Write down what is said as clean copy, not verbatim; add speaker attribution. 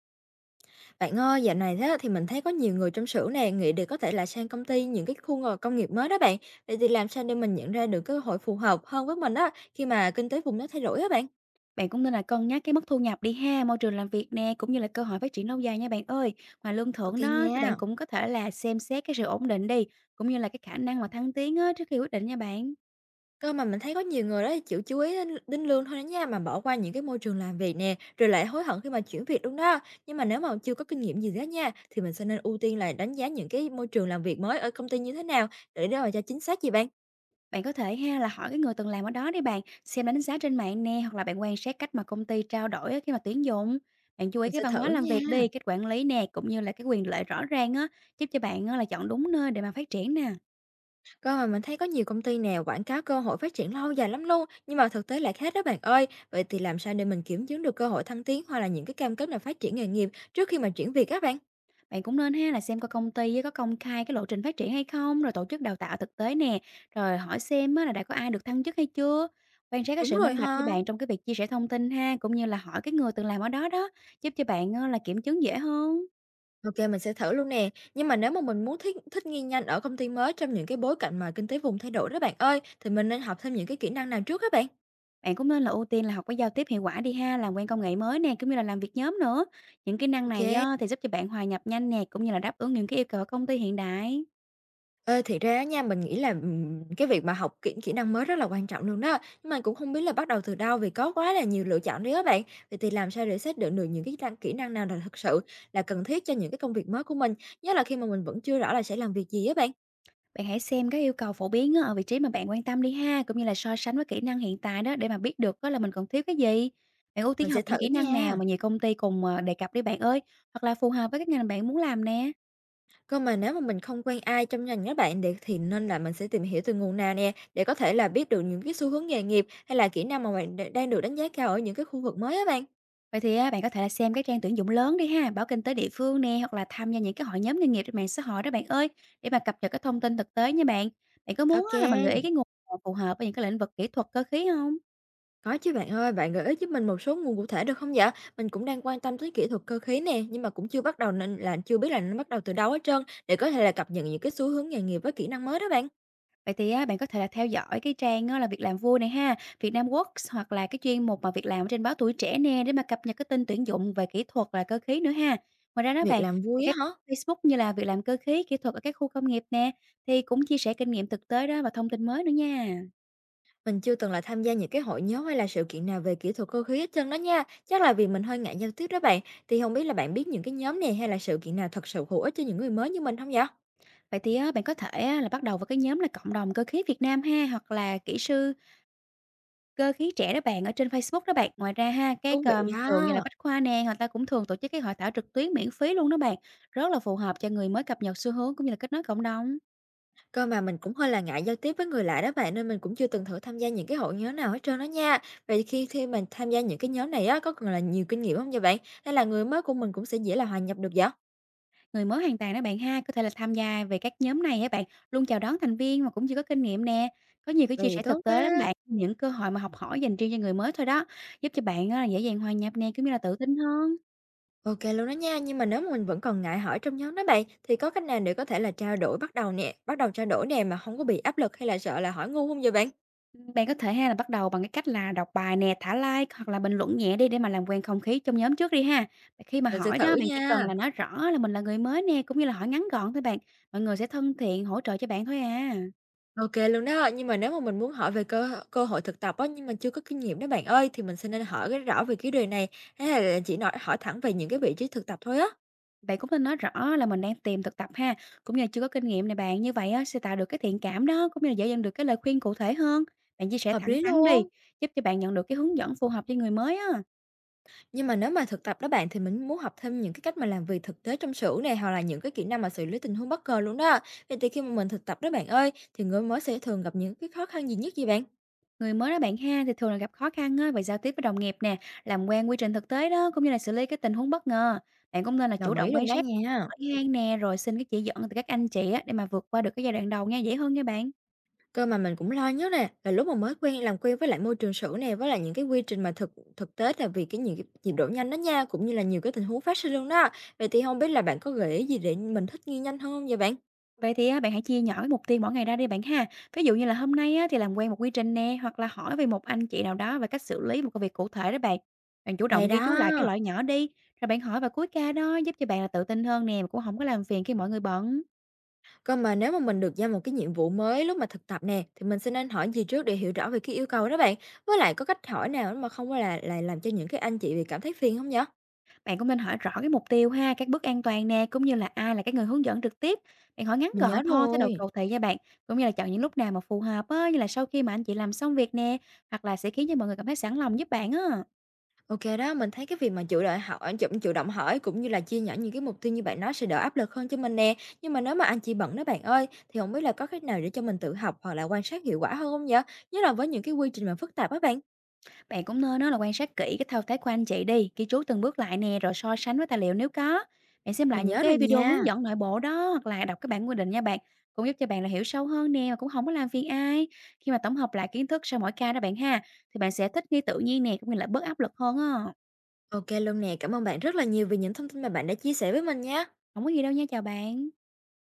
Speaker 1: Bạn ơi, dạo này thế thì mình thấy có nhiều người trong xưởng này nghĩ để có thể là sang công ty những cái khu công nghiệp mới đó bạn. Vậy thì làm sao để mình nhận ra được cơ hội phù hợp hơn với mình đó khi mà kinh tế vùng nó thay đổi á bạn?
Speaker 2: Bạn cũng nên là cân nhắc cái mức thu nhập đi ha, môi trường làm việc nè, cũng như là cơ hội phát triển lâu dài nha bạn ơi. Ngoài lương
Speaker 1: Ok
Speaker 2: thưởng đó thì bạn
Speaker 1: nha.
Speaker 2: cũng có thể là xem xét cái sự ổn định đi, cũng như là cái khả năng mà thăng tiến á, trước khi quyết định nha bạn.
Speaker 1: Cơ mà mình thấy có nhiều người đó thì chỉ chú ý đến lương thôi đó nha, mà bỏ qua những cái môi trường làm việc nè, rồi lại hối hận khi mà chuyển việc đúng đó. Nhưng mà nếu mà chưa có kinh nghiệm gì đó nha, thì mình sẽ nên ưu tiên là đánh giá những cái môi trường làm việc mới ở công ty như thế nào để đó mà cho chính xác gì bạn.
Speaker 2: Bạn có thể ha là hỏi cái người từng làm ở đó đi bạn, xem đánh giá trên mạng nè, hoặc là bạn quan sát cách mà công ty trao đổi á, khi mà tuyển dụng. Bạn chú ý
Speaker 1: Mình
Speaker 2: cái
Speaker 1: sẽ
Speaker 2: văn
Speaker 1: thử
Speaker 2: hóa làm
Speaker 1: nha.
Speaker 2: việc đi, cách quản lý nè, cũng như là cái quyền lợi rõ ràng á, giúp cho bạn á, là chọn đúng nơi để mà phát triển nè.
Speaker 1: Cơ mà mình thấy có nhiều công ty nào quảng cáo cơ hội phát triển lâu dài lắm luôn, nhưng mà thực tế lại khác đó bạn ơi. Vậy thì làm sao để mình kiểm chứng được cơ hội thăng tiến hoặc là những cái cam kết là phát triển nghề nghiệp trước khi mà chuyển việc các bạn?
Speaker 2: Bạn cũng nên ha là xem coi công ty á có công khai cái lộ trình phát triển hay không, rồi tổ chức đào tạo thực tế nè, rồi hỏi xem á là đã có ai được thăng chức hay chưa. Quan sát cái
Speaker 1: Đúng
Speaker 2: sự
Speaker 1: rồi
Speaker 2: minh bạch với
Speaker 1: ha.
Speaker 2: bạn trong cái việc chia sẻ thông tin ha, cũng như là hỏi cái người từng làm ở đó đó, giúp cho bạn á là kiểm chứng dễ hơn.
Speaker 1: Ok, mình sẽ thử luôn nè. Nhưng mà nếu mà mình muốn thích thích nghi nhanh ở công ty mới trong những cái bối cảnh mà kinh tế vùng thay đổi đó bạn ơi, thì mình nên học thêm những cái kỹ năng nào trước các bạn?
Speaker 2: Bạn cũng nên là ưu tiên là học cái giao tiếp hiệu quả đi ha, làm quen công nghệ mới nè, cũng như là làm việc nhóm nữa. Những kỹ năng này
Speaker 1: Ok.
Speaker 2: á, thì giúp cho bạn hòa nhập nhanh nè, cũng như là đáp ứng những cái yêu cầu ở công ty hiện đại.
Speaker 1: Ê, thiệt ra á nha, mình nghĩ là, cái việc mà học kỹ kỹ năng mới rất là quan trọng luôn đó, nhưng mà cũng không biết là bắt đầu từ đâu, vì có quá là nhiều lựa chọn đi á bạn. Vậy thì làm sao để xác định được những cái kỹ năng nào là thực sự là cần thiết cho những cái công việc mới của mình, nhất là khi mà mình vẫn chưa rõ là sẽ làm việc gì á bạn?
Speaker 2: Bạn hãy xem các yêu cầu phổ biến á, ở vị trí mà bạn quan tâm đi ha, cũng như là so sánh với kỹ năng hiện tại đó, để mà biết được đó là mình còn thiếu cái gì. Bạn ưu
Speaker 1: Mình
Speaker 2: tiên
Speaker 1: sẽ
Speaker 2: học
Speaker 1: thử
Speaker 2: những kỹ năng nào
Speaker 1: nha.
Speaker 2: mà nhiều công ty cùng đề cập đi bạn ơi, hoặc là phù hợp với các ngành bạn muốn làm nè.
Speaker 1: Còn mà nếu mà mình không quen ai trong ngành á bạn, để thì nên là mình sẽ tìm hiểu từ nguồn nào nè, để có thể là biết được những cái xu hướng nghề nghiệp hay là kỹ năng mà bạn đang được đánh giá cao ở những cái khu vực mới á bạn?
Speaker 2: Vậy thì á, bạn có thể là xem cái trang tuyển dụng lớn đi ha, báo kinh tế địa phương nè, hoặc là tham gia những cái hội nhóm nghề nghiệp trên mạng xã hội đó bạn ơi, để mà cập nhật cái thông tin thực tế nha bạn. Bạn có muốn á, là mình gợi ý
Speaker 1: Ok.
Speaker 2: cái nguồn phù hợp với những cái lĩnh vực kỹ thuật cơ khí không?
Speaker 1: Có chứ bạn ơi, bạn gợi ý giúp mình một số nguồn cụ thể được không dạ? Mình cũng đang quan tâm tới kỹ thuật cơ khí nè, nhưng mà cũng chưa bắt đầu nên là chưa biết là nó bắt đầu từ đâu hết trơn để có thể là cập nhật những cái xu hướng nghề nghiệp với kỹ năng mới đó bạn.
Speaker 2: Vậy thì á, bạn có thể là theo dõi cái trang á là Việc Làm Vui này ha, Việt Nam Works hoặc là cái chuyên mục mà việc làm ở trên báo Tuổi Trẻ nè, để mà cập nhật cái tin tuyển dụng về kỹ thuật là cơ khí nữa ha. Ngoài ra đó
Speaker 1: Việc
Speaker 2: bạn,
Speaker 1: làm
Speaker 2: thì
Speaker 1: vui á
Speaker 2: các
Speaker 1: hả?
Speaker 2: Facebook như là Việc làm cơ khí, kỹ thuật ở các khu công nghiệp nè, thì cũng chia sẻ kinh nghiệm thực tế đó và thông tin mới nữa nha.
Speaker 1: Mình chưa từng là tham gia những cái hội nhóm hay là sự kiện nào về kỹ thuật cơ khí hết trơn đó nha. Chắc là vì mình hơi ngại giao tiếp đó bạn. Thì không biết là bạn biết những cái nhóm này hay là sự kiện nào thật sự hữu ích cho những người mới như mình không dạ?
Speaker 2: Vậy thì á, bạn có thể á, là bắt đầu với cái nhóm là Cộng Đồng Cơ Khí Việt Nam ha, hoặc là Kỹ Sư Cơ Khí Trẻ đó bạn, ở trên Facebook đó bạn. Ngoài ra ha,
Speaker 1: Thú
Speaker 2: các,
Speaker 1: vị
Speaker 2: trường như là
Speaker 1: đó.
Speaker 2: Bách Khoa nè, người ta cũng thường tổ chức cái hội thảo trực tuyến miễn phí luôn đó bạn, rất là phù hợp cho người mới cập nhật xu hướng, cũng như là kết nối cộng đồng.
Speaker 1: Cơ mà mình cũng hơi là ngại giao tiếp với người lạ đó bạn, nên mình cũng chưa từng thử tham gia những cái hội nhóm nào hết trơn đó nha. Vậy khi khi mình tham gia những cái nhóm này á, có cần là nhiều kinh nghiệm không vậy bạn? Hay là người mới của mình cũng sẽ dễ là hòa nhập được vậy?
Speaker 2: Người mới hoàn toàn đó bạn ha, có thể là tham gia về các nhóm này á bạn, luôn chào đón thành viên mà cũng chưa có kinh nghiệm nè. Có nhiều cái chia
Speaker 1: Vậy
Speaker 2: sẻ
Speaker 1: tốt
Speaker 2: thực tế lắm
Speaker 1: quá!
Speaker 2: bạn, những cơ hội mà học hỏi dành riêng cho người mới thôi đó, giúp cho bạn á là dễ dàng hòa nhập nè, cũng như là tự tin hơn.
Speaker 1: OK luôn đó nha, nhưng mà nếu mà mình vẫn còn ngại hỏi trong nhóm đó bạn, thì có cách nào để có thể là trao đổi bắt đầu nè bắt đầu trao đổi nè, mà không có bị áp lực hay là sợ là hỏi ngu không vậy bạn?
Speaker 2: Bạn có thể ha là bắt đầu bằng cái cách là đọc bài nè, thả like hoặc là bình luận nhẹ đi, để mà làm quen không khí trong nhóm trước đi ha. Và khi mà
Speaker 1: Mình sẽ
Speaker 2: hỏi
Speaker 1: thử
Speaker 2: đó, bạn chỉ cần
Speaker 1: nha.
Speaker 2: là nói rõ là mình là người mới nè, cũng như là hỏi ngắn gọn thôi bạn. Mọi người sẽ thân thiện hỗ trợ cho bạn thôi à.
Speaker 1: OK luôn đó. Nhưng mà nếu mà mình muốn hỏi về cơ cơ hội thực tập á, nhưng mà chưa có kinh nghiệm đó bạn ơi, thì mình sẽ nên hỏi cái rõ về cái điều này, hay là chỉ nói hỏi thẳng về những cái vị trí thực tập thôi á?
Speaker 2: Bạn cũng nên nói rõ là mình đang tìm thực tập ha, cũng như là chưa có kinh nghiệm này bạn. Như vậy á, sẽ tạo được cái thiện cảm đó, cũng như là dễ dàng được cái lời khuyên cụ thể hơn. Bạn chia sẻ
Speaker 1: Hợp
Speaker 2: thẳng
Speaker 1: lý
Speaker 2: thắn đi,
Speaker 1: luôn.
Speaker 2: giúp cho bạn nhận được cái hướng dẫn phù hợp cho người mới á.
Speaker 1: Nhưng mà nếu mà thực tập đó bạn, thì mình muốn học thêm những cái cách mà làm việc thực tế trong xưởng này, hoặc là những cái kỹ năng mà xử lý tình huống bất ngờ luôn đó. Vậy thì khi mà mình thực tập đó bạn ơi, thì người mới sẽ thường gặp những cái khó khăn gì nhất vậy bạn?
Speaker 2: Người mới đó bạn ha thì thường là gặp khó khăn á, về giao tiếp với đồng nghiệp nè, làm quen quy trình thực tế đó, cũng như là xử lý cái tình huống bất ngờ. Bạn cũng nên là chủ
Speaker 1: Đồng ý
Speaker 2: động quan
Speaker 1: luôn đó
Speaker 2: sát,
Speaker 1: nha.
Speaker 2: hỏi han nè, rồi xin cái chỉ dẫn từ các anh chị á, để mà vượt qua được cái giai đoạn đầu nha, dễ hơn nha bạn.
Speaker 1: Cơ mà mình cũng lo nhất nè, là lúc mà mới làm quen với lại môi trường xưởng này, với lại những cái quy trình mà thực thực tế, là vì cái nhiều cái nhịp độ nhanh đó nha, cũng như là nhiều cái tình huống phát sinh luôn đó. Vậy thì không biết là bạn có gợi ý gì để mình thích nghi nhanh hơn không vậy bạn?
Speaker 2: Vậy thì á, bạn hãy chia nhỏ cái mục tiêu mỗi ngày ra đi bạn ha. Ví dụ như là hôm nay á, thì làm quen một quy trình nè, hoặc là hỏi về một anh chị nào đó về cách xử lý một cái việc cụ thể đó bạn. Bạn chủ động
Speaker 1: Hay
Speaker 2: ghi chú lại cái
Speaker 1: đó!
Speaker 2: loại nhỏ đi, rồi bạn hỏi vào cuối ca đó, giúp cho bạn là tự tin hơn nè, mà cũng không có làm phiền khi mọi người bận.
Speaker 1: Cơ mà nếu mà mình được giao một cái nhiệm vụ mới lúc mà thực tập nè, thì mình sẽ nên hỏi gì trước để hiểu rõ về cái yêu cầu đó bạn? Với lại có cách hỏi nào mà không có là làm cho những cái anh chị bị cảm thấy phiền không vậy?
Speaker 2: Bạn cũng nên hỏi rõ cái mục tiêu ha, các bước an toàn nè, cũng như là ai là cái người hướng dẫn trực tiếp. Bạn hỏi ngắn
Speaker 1: Mình nhớ
Speaker 2: gọn thôi, thái độ
Speaker 1: rồi.
Speaker 2: cầu thị nha bạn, cũng như là chọn những lúc nào mà phù hợp á, như là sau khi mà anh chị làm xong việc nè, hoặc là sẽ khiến cho mọi người cảm thấy sẵn lòng giúp bạn á.
Speaker 1: OK đó, mình thấy cái việc mà chủ động hỏi cũng như là chia nhỏ những cái mục tiêu như bạn nói sẽ đỡ áp lực hơn cho mình nè. Nhưng mà nếu mà anh chị bận đó bạn ơi, thì không biết là có cách nào để cho mình tự học hoặc là quan sát hiệu quả hơn không vậy? Nhất là với những cái quy trình mà phức tạp á bạn.
Speaker 2: Bạn cũng nên đó là quan sát kỹ cái thao tác của anh chị đi, ghi chú từng bước lại nè, rồi so sánh với tài liệu nếu có. Bạn xem
Speaker 1: Mình
Speaker 2: lại những
Speaker 1: nhớ rồi
Speaker 2: cái video
Speaker 1: nha.
Speaker 2: hướng dẫn nội bộ đó, hoặc là đọc cái bản quy định nha bạn, cũng giúp cho bạn là hiểu sâu hơn nè, mà cũng không có làm phiền ai. Khi mà tổng hợp lại kiến thức sau mỗi ca đó bạn ha, thì bạn sẽ thích nghi tự nhiên nè, cũng như là bớt áp lực hơn á.
Speaker 1: OK luôn nè, cảm ơn bạn rất là nhiều vì những thông tin mà bạn đã chia sẻ với mình nha.
Speaker 2: Không có gì đâu nha, chào bạn.